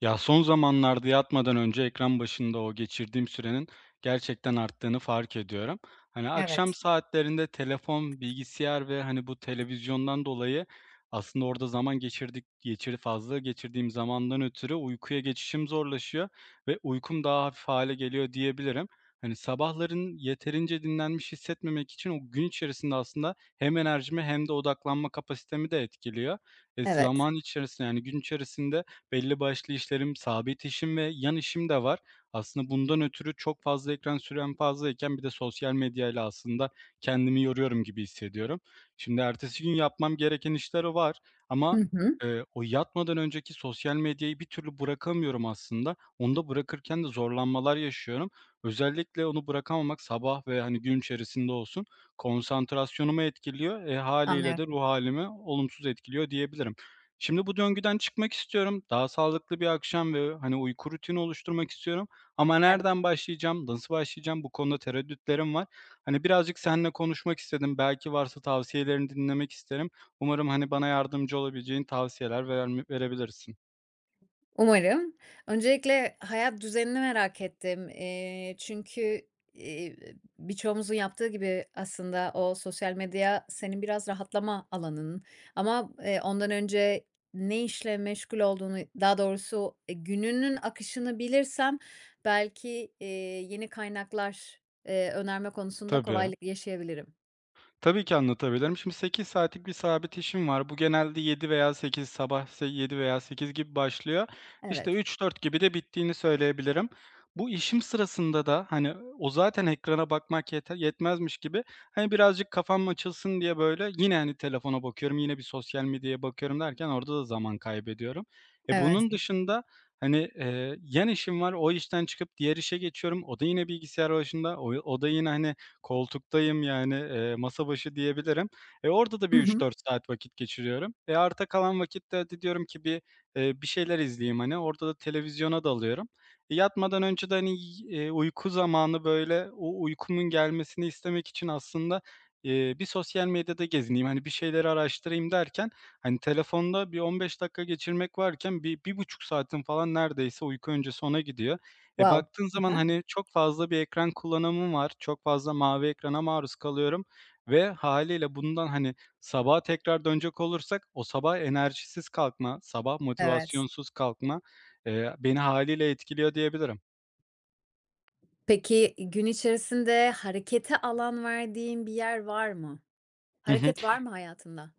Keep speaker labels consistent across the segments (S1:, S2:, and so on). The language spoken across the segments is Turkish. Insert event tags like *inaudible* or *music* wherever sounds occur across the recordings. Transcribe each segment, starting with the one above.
S1: Ya, son zamanlarda yatmadan önce ekran başında o geçirdiğim sürenin gerçekten arttığını fark ediyorum. Hani, akşam
S2: Evet,
S1: saatlerinde telefon, bilgisayar ve, hani, bu televizyondan dolayı aslında orada zaman geçirdik geçir fazla geçirdiğim zamandan ötürü uykuya geçişim zorlaşıyor ve uykum daha hafif hale geliyor diyebilirim. Hani, sabahların yeterince dinlenmiş hissetmemek için o gün içerisinde aslında hem enerjimi hem de odaklanma kapasitemi de etkiliyor.
S2: evet.
S1: Zaman içerisinde, yani, gün içerisinde belli başlı işlerim, sabit işim ve yan işim de var. Aslında bundan ötürü çok fazla ekran sürem fazlayken bir de sosyal medyayla aslında kendimi yoruyorum gibi hissediyorum. Şimdi ertesi gün yapmam gereken işler var ama,
S2: Hı hı.
S1: o yatmadan önceki sosyal medyayı bir türlü bırakamıyorum aslında. Onu da bırakırken de zorlanmalar yaşıyorum. Özellikle onu bırakamamak sabah ve, hani, gün içerisinde olsun konsantrasyonumu etkiliyor. Hâliyle
S2: Anlıyorum.
S1: de ruh halimi olumsuz etkiliyor diyebilirim. Şimdi bu döngüden çıkmak istiyorum. Daha sağlıklı bir akşam ve, hani, uyku rutini oluşturmak istiyorum ama
S2: Evet.
S1: nereden başlayacağım, nasıl başlayacağım bu konuda tereddütlerim var. Hani, birazcık seninle konuşmak istedim. Belki varsa tavsiyelerini dinlemek isterim. Umarım, hani, bana yardımcı olabileceğin tavsiyeler verebilirsin.
S2: Umarım. Öncelikle hayat düzenini merak ettim. Çünkü, eee, birçoğumuzun yaptığı gibi aslında o sosyal medya senin biraz rahatlama alanın, ama ondan önce ne işle meşgul olduğunu, daha doğrusu, gününün akışını bilirsem belki yeni kaynaklar önerme konusunda
S1: Tabii.
S2: kolaylık yaşayabilirim.
S1: Tabii ki anlatabilirim. Şimdi 8 saatlik bir sabit işim var. Bu genelde 7 veya 7 veya 8 gibi başlıyor. İşte
S2: Evet,
S1: üç dört gibi de bittiğini söyleyebilirim. Bu işim sırasında da hani o zaten ekrana bakmak yeter, yetmezmiş gibi hani birazcık kafam açılsın diye böyle yine hani telefona bakıyorum, yine bir sosyal medyaya bakıyorum derken orada da zaman kaybediyorum.
S2: evet.
S1: Bunun dışında hani yan işim var. O işten çıkıp diğer işe geçiyorum. O da yine bilgisayar başında. O da yine hani koltuktayım yani, masa başı diyebilirim. Orada da bir
S2: Hı
S1: üç
S2: hı.
S1: dört saat vakit geçiriyorum. Arta kalan vakitte hadi diyorum ki bir şeyler izleyeyim, hani, orada da televizyona dalıyorum. Yatmadan önce de, hani, uyku zamanı, böyle, o uykumun gelmesini istemek için aslında, bir sosyal medyada gezineyim, hani, bir şeyleri araştırayım derken, hani, telefonda bir 15 dakika geçirmek varken bir bir buçuk saatin falan neredeyse uyku öncesi ona gidiyor.
S2: Wow.
S1: Baktığın zaman,
S2: Hı.
S1: hani, çok fazla bir ekran kullanımım var. Çok fazla mavi ekrana maruz kalıyorum ve hâliyle bundan, hani, sabaha tekrar dönecek olursak o sabah enerjisiz kalkma, sabah
S2: Evet.
S1: motivasyonsuz kalkma, beni hâliyle etkiliyor diyebilirim.
S2: Peki, gün içerisinde harekete alan verdiğin bir yer var mı? Hareket
S1: *laughs*
S2: var mı hayatında?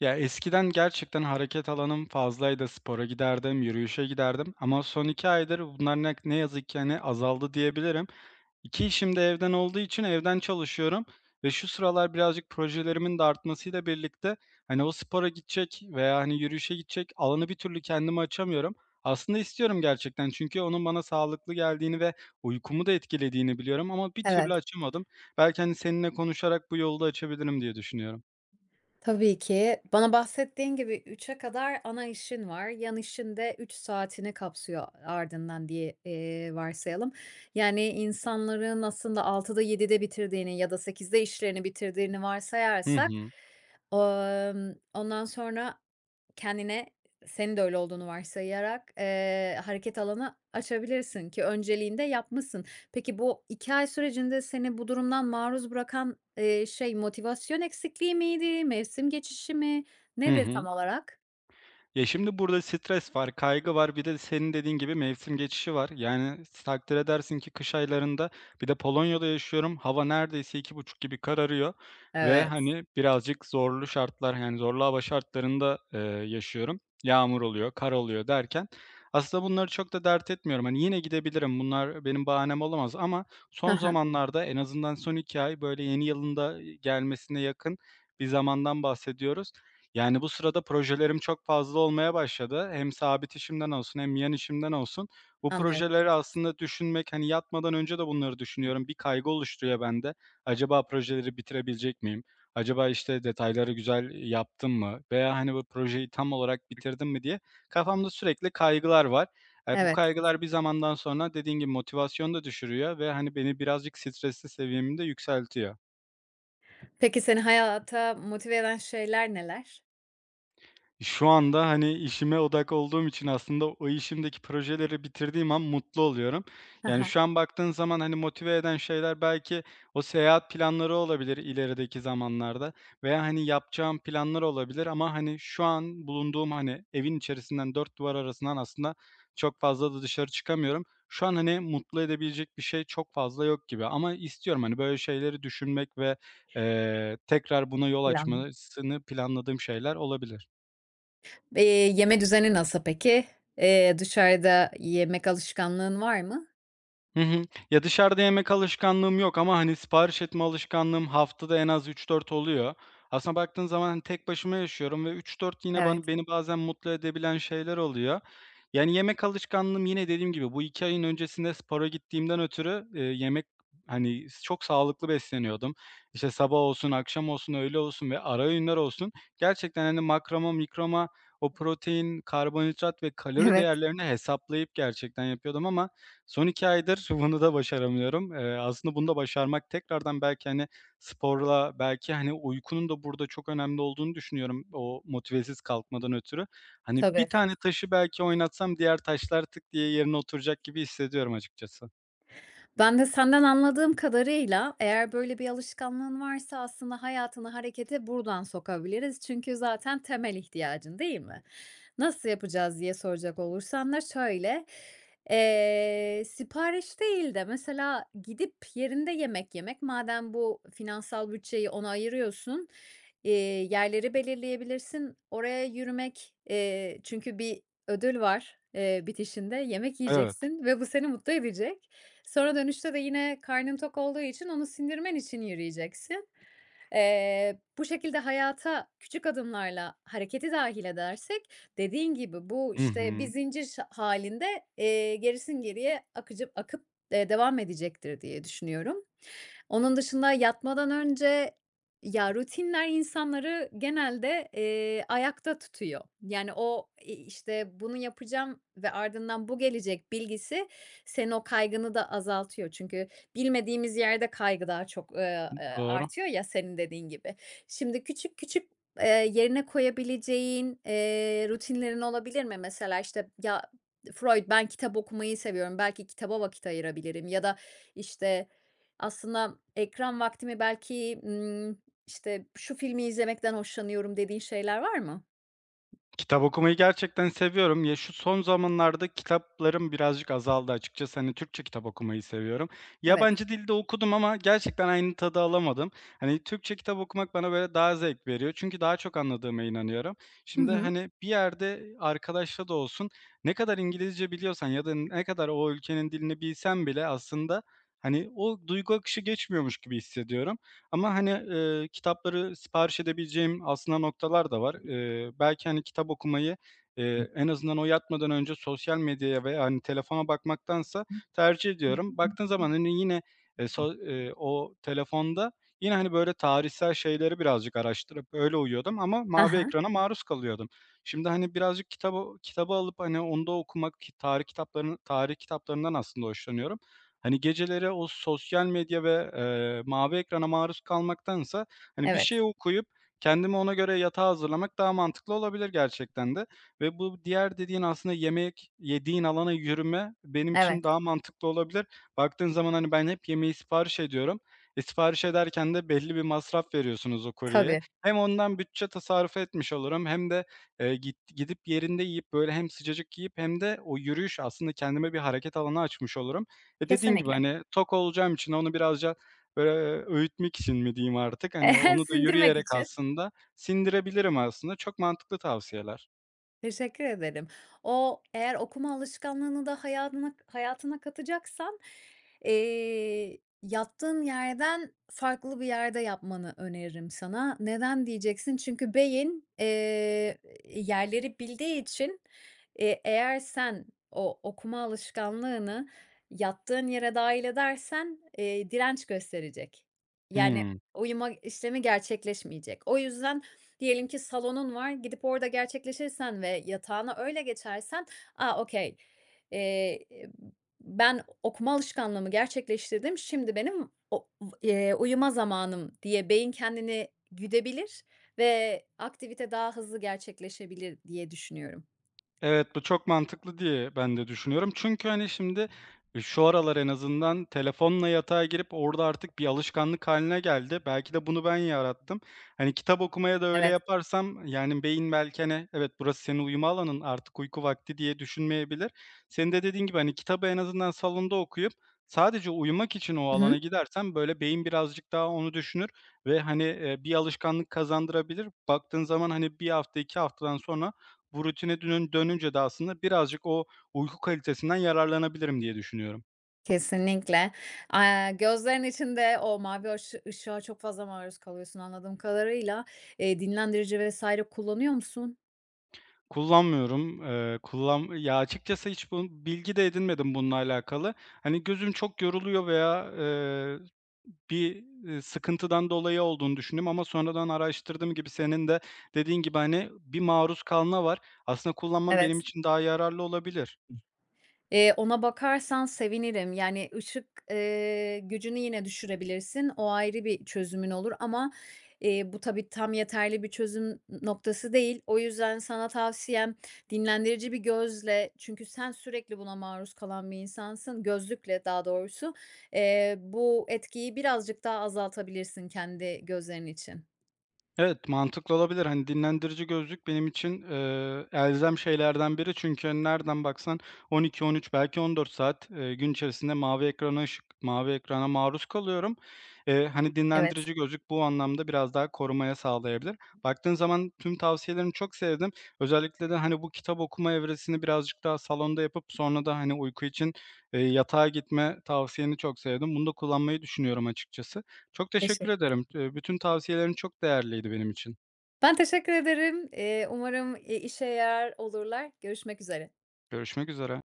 S1: Ya, eskiden gerçekten hareket alanım fazlaydı. Spora giderdim, yürüyüşe giderdim ama son 2 aydır bunlar ne yazık ki, hani, azaldı diyebilirim. 2 işim de evden olduğu için evden çalışıyorum ve şu sıralar birazcık projelerimin de artmasıyla birlikte, hani, o spora gidecek veya, hani, yürüyüşe gidecek alanı bir türlü kendime açamıyorum. Aslında istiyorum gerçekten çünkü onun bana sağlıklı geldiğini ve uykumu da etkilediğini biliyorum ama bir türlü
S2: Evet.
S1: açamadım. Belki, hani, seninle konuşarak bu yolda açabilirim diye düşünüyorum.
S2: Tabii ki. Bana bahsettiğin gibi 3'e kadar ana işin var. Yan işin de 3 saatini kapsıyor ardından diye, varsayalım. Yani insanların aslında 18.00'da 19.00'da bitirdiğini ya da 8'de işlerini bitirdiğini
S1: Hı
S2: varsayarsak,
S1: hı.
S2: ondan sonra kendine, senin de öyle olduğunu varsayarak, hareket alanı açabilirsin ki önceliğinde yapmışsın. Peki bu 2 ay sürecinde seni bu durumdan maruz bırakan, şey motivasyon eksikliği miydi, mevsim geçişi mi?
S1: Hı
S2: Nedir
S1: hı.
S2: tam olarak?
S1: Ya, şimdi burada stres var, kaygı var, bir de senin dediğin gibi mevsim geçişi var. Yani, takdir edersin ki kış aylarında bir de Polonya'da yaşıyorum. Hava neredeyse iki buçuk gibi kararıyor ve,
S2: Evet.
S1: hani, birazcık zorlu şartlar, yani, zorlu hava şartlarında, yaşıyorum. Yağmur oluyor, kar oluyor derken aslında bunları çok da dert etmiyorum. Hani, yine gidebilirim, bunlar benim bahanem olamaz ama
S2: Hı
S1: son
S2: hı,
S1: zamanlarda en azından son 2 ay, böyle, yeni yılın da gelmesine yakın bir zamandan bahsediyoruz. Yani, bu sırada projelerim çok fazla olmaya başladı. Hem sabit işimden olsun hem yan işimden olsun. Bu
S2: anlıyorum.
S1: projeleri aslında düşünmek, hani, yatmadan önce de bunları düşünüyorum. Bir kaygı oluşturuyor bende. Acaba projeleri bitirebilecek miyim? Acaba, işte, detayları güzel yaptım mı? Veya, hani, bu projeyi tam olarak bitirdim mi diye kafamda sürekli kaygılar var. Bu
S2: Evet.
S1: kaygılar bir zamandan sonra dediğin gibi motivasyonu da düşürüyor ve, hani, beni birazcık stresli seviyemi de yükseltiyor.
S2: Peki seni hayata motive eden şeyler neler?
S1: Şu anda, hani, işime odak olduğum için aslında o işimdeki projeleri bitirdiğim an mutlu oluyorum.
S2: Hı
S1: Yani,
S2: hı,
S1: şu an baktığın zaman, hani, motive eden şeyler belki o seyahat planları olabilir ilerideki zamanlarda veya, hani, yapacağım planlar olabilir ama, hani, şu an bulunduğum, hani, evin içerisinden, 4 duvar arasından aslında çok fazla da dışarı çıkamıyorum. Şu an, hani, mutlu edebilecek bir şey çok fazla yok gibi ama istiyorum, hani, böyle şeyleri düşünmek ve, tekrar buna yol
S2: planlı.
S1: açmasını planladığım şeyler olabilir.
S2: Eee, Yeme düzeni nasıl peki? Dışarıda yemek alışkanlığın var mı?
S1: Hı hı. Ya, dışarıda yemek alışkanlığım yok ama, hani, sipariş etme alışkanlığım haftada en az üç dört oluyor. Aslına baktığın zaman, hani, tek başıma yaşıyorum ve üç dört yine bana
S2: Evet,
S1: beni bazen mutlu edebilen şeyler oluyor. Yani, yemek alışkanlığım yine dediğim gibi bu 2 ayın öncesinde spora gittiğimden ötürü, yemek, hani, çok sağlıklı besleniyordum. İşte, sabah olsun, akşam olsun, öğle olsun ve ara öğünler olsun gerçekten, hani, makroma, mikroma, o protein, karbonhidrat ve kalori
S2: evet.
S1: değerlerini hesaplayıp gerçekten yapıyordum ama son 2 aydır *laughs* bunu da başaramıyorum. Aslında bunu da başarmak tekrardan belki, hani, sporla, belki, hani, uykunun da burada çok önemli olduğunu düşünüyorum o motivesiz kalkmadan ötürü. Hani, bir
S2: Tabii.
S1: tane taşı belki oynatsam diğer taşlar tık diye yerine oturacak gibi hissediyorum açıkçası.
S2: Ben de senden anladığım kadarıyla, eğer böyle bir alışkanlığın varsa aslında hayatını harekete buradan sokabiliriz. Çünkü zaten temel ihtiyacın, değil mi? Nasıl yapacağız diye soracak olursan da şöyle, sipariş değil de mesela gidip yerinde yemek yemek, madem bu finansal bütçeyi ona ayırıyorsun, eee, yerleri belirleyebilirsin. Oraya yürümek, çünkü bir ödül var, bitişinde yemek
S1: Evet.
S2: yiyeceksin ve bu seni mutlu edecek. Sonra dönüşte de yine karnın tok olduğu için onu sindirmen için yürüyeceksin. Bu şekilde hayata küçük adımlarla hareketi dahil edersek, dediğin gibi bu,
S1: Hı
S2: işte,
S1: hı.
S2: bir zincir hâlinde, gerisin geriye akıcı akıp devam edecektir diye düşünüyorum. Onun dışında yatmadan önce, ya, rutinler insanları genelde ayakta tutuyor. Yani o, işte, bunu yapacağım ve ardından bu gelecek bilgisi senin o kaygını da azaltıyor. Çünkü bilmediğimiz yerde kaygı daha çok,
S1: Doğru.
S2: artıyor ya, senin dediğin gibi. Şimdi küçük küçük, yerine koyabileceğin rutinlerin olabilir mi? Mesela, işte, ya, Freud, ben kitap okumayı seviyorum, belki kitaba vakit ayırabilirim ya da, işte, aslında ekran vaktimi belki, işte, "Şu filmi izlemekten hoşlanıyorum." dediğin şeyler var mı?
S1: Kitap okumayı gerçekten seviyorum. Ya, şu son zamanlarda kitaplarım birazcık azaldı açıkçası. Hani, Türkçe kitap okumayı seviyorum.
S2: Evet.
S1: Yabancı dilde okudum ama gerçekten aynı tadı alamadım. Hani, Türkçe kitap okumak bana, böyle, daha zevk veriyor. Çünkü daha çok anladığıma inanıyorum.
S2: Hı
S1: Şimdi,
S2: hı.
S1: hani, bir yerde arkadaşla da olsun ne kadar İngilizce biliyorsan ya da ne kadar o ülkenin dilini bilsen bile aslında, hani, o duygu akışı geçmiyormuş gibi hissediyorum. Ama, hani, kitapları sipariş edebileceğim aslında noktalar da var. Belki, hani, kitap okumayı, en azından o yatmadan önce sosyal medyaya veya, hani, telefona bakmaktansa tercih ediyorum. Baktığın zaman, hani, yine, o telefonda yine, hani, böyle tarihsel şeyleri birazcık araştırıp öyle uyuyordum ama mavi
S2: Hı.
S1: ekrana maruz kalıyordum. Şimdi, hani, birazcık kitabı alıp, hani, onda okumak, ki tarih kitaplarından aslında hoşlanıyorum. Hani, geceleri o sosyal medya ve, mavi ekrana maruz kalmaktansa, hani, bir
S2: Evet,
S1: şey okuyup kendimi ona göre yatağa hazırlamak daha mantıklı olabilir gerçekten de ve bu diğer dediğin aslında yemek yediğin alana yürüme benim için
S2: evet.
S1: daha mantıklı olabilir. Baktığın zaman, hani, ben hep yemeği sipariş ediyorum. Sipariş ederken de belli bir masraf veriyorsunuz o kuryeye.
S2: Tabii,
S1: Hem ondan bütçe tasarruf etmiş olurum hem de, gidip yerinde yiyip, böyle, hem sıcacık yiyip hem de o yürüyüş aslında kendime bir hareket alanı açmış olurum. Dediğin gibi,
S2: kesinlikle.
S1: hani, tok olacağım için onu birazca, böyle, öğütmek için mi diyeyim artık, hani,
S2: *laughs*
S1: onu da
S2: Sindirmek
S1: yürüyerek
S2: için.
S1: aslında sindirebilirim aslında. Çok mantıklı tavsiyeler.
S2: Teşekkür ederim. O, eğer okuma alışkanlığını da hayatına katacaksan, yattığın yerden farklı bir yerde yapmanı öneririm sana. Neden diyeceksin? Çünkü beyin, yerleri bildiği için, eğer sen o okuma alışkanlığını yattığın yere dâhil edersen, direnç gösterecek. Yani
S1: Hıı.
S2: uyuma işlemi gerçekleşmeyecek. O yüzden diyelim ki salonun var, gidip orada gerçekleşirsen ve yatağına öyle geçersen, "A, okay, eee, ben okuma alışkanlığımı gerçekleştirdim, şimdi benim o uyuma zamanım." diye beyin kendini güdebilir ve aktivite daha hızlı gerçekleşebilir diye düşünüyorum.
S1: Evet, bu çok mantıklı diye ben de düşünüyorum. Çünkü, hani, şimdi, şu aralar en azından telefonla yatağa girip orada artık bir alışkanlık haline geldi. Belki de bunu ben yarattım. Hani, kitap okumaya da öyle
S2: Evet.
S1: yaparsam, yani, beyin belki, hani, "Evet, burası senin uyuma alanın, artık uyku vakti." diye düşünmeyebilir. Senin de dediğin gibi, hani, kitabı en azından salonda okuyup sadece uyumak için o alana
S2: Hı,
S1: gidersem, böyle, beyin birazcık daha onu düşünür ve, hani, bir alışkanlık kazandırabilir. Baktığın zaman, hani, bir hafta, 2 haftadan sonra bu rutine dönünce de aslında birazcık o uyku kalitesinden yararlanabilirim diye düşünüyorum.
S2: kesinlikle. Aaa, gözlerin içinde o mavi aşı ışığa çok fazla maruz kalıyorsun, anladığım kadarıyla. Dinlendirici vesaire kullanıyor musun?
S1: Kullanmıyorum. Açıkçası hiç bilgi de edinmedim bununla alakalı. Hani gözüm çok yoruluyor veya, sıkıntıdan dolayı olduğunu düşündüm ama sonradan araştırdığım gibi senin de dediğin gibi, hani, bir maruz kalma var. Aslında kullanmam benim
S2: Evet.
S1: için daha yararlı olabilir.
S2: Ona bakarsan sevinirim. Yani ışık, gücünü yine düşürebilirsin. O ayrı bir çözümün olur ama, bu tabii tam yeterli bir çözüm noktası değil. O yüzden sana tavsiyem dinlendirici bir gözle, çünkü sen sürekli buna maruz kalan bir insansın, gözlükle daha doğrusu, bu etkiyi birazcık daha azaltabilirsin kendi gözlerin için.
S1: Evet, mantıklı olabilir. Hani, dinlendirici gözlük benim için, elzem şeylerden biri çünkü, hani, nereden baksan 12-13 belki 14 saat, gün içerisinde mavi ekrana maruz kalıyorum. Hani,
S2: Evet.
S1: dinlendirici gözlük bu anlamda biraz daha korumaya sağlayabilir. Baktığın zaman tüm tavsiyelerini çok sevdim. Özellikle de, hani, bu kitap okuma evresini birazcık daha salonda yapıp sonra da, hani, uyku için, yatağa gitme tavsiyeni çok sevdim. Bunu da kullanmayı düşünüyorum açıkçası. Çok teşekkür
S2: teşekkür.
S1: ederim. Bütün tavsiyelerin çok değerliydi benim için.
S2: Ben teşekkür ederim. Umarım işe yarar olurlar. Görüşmek üzere.
S1: Görüşmek üzere.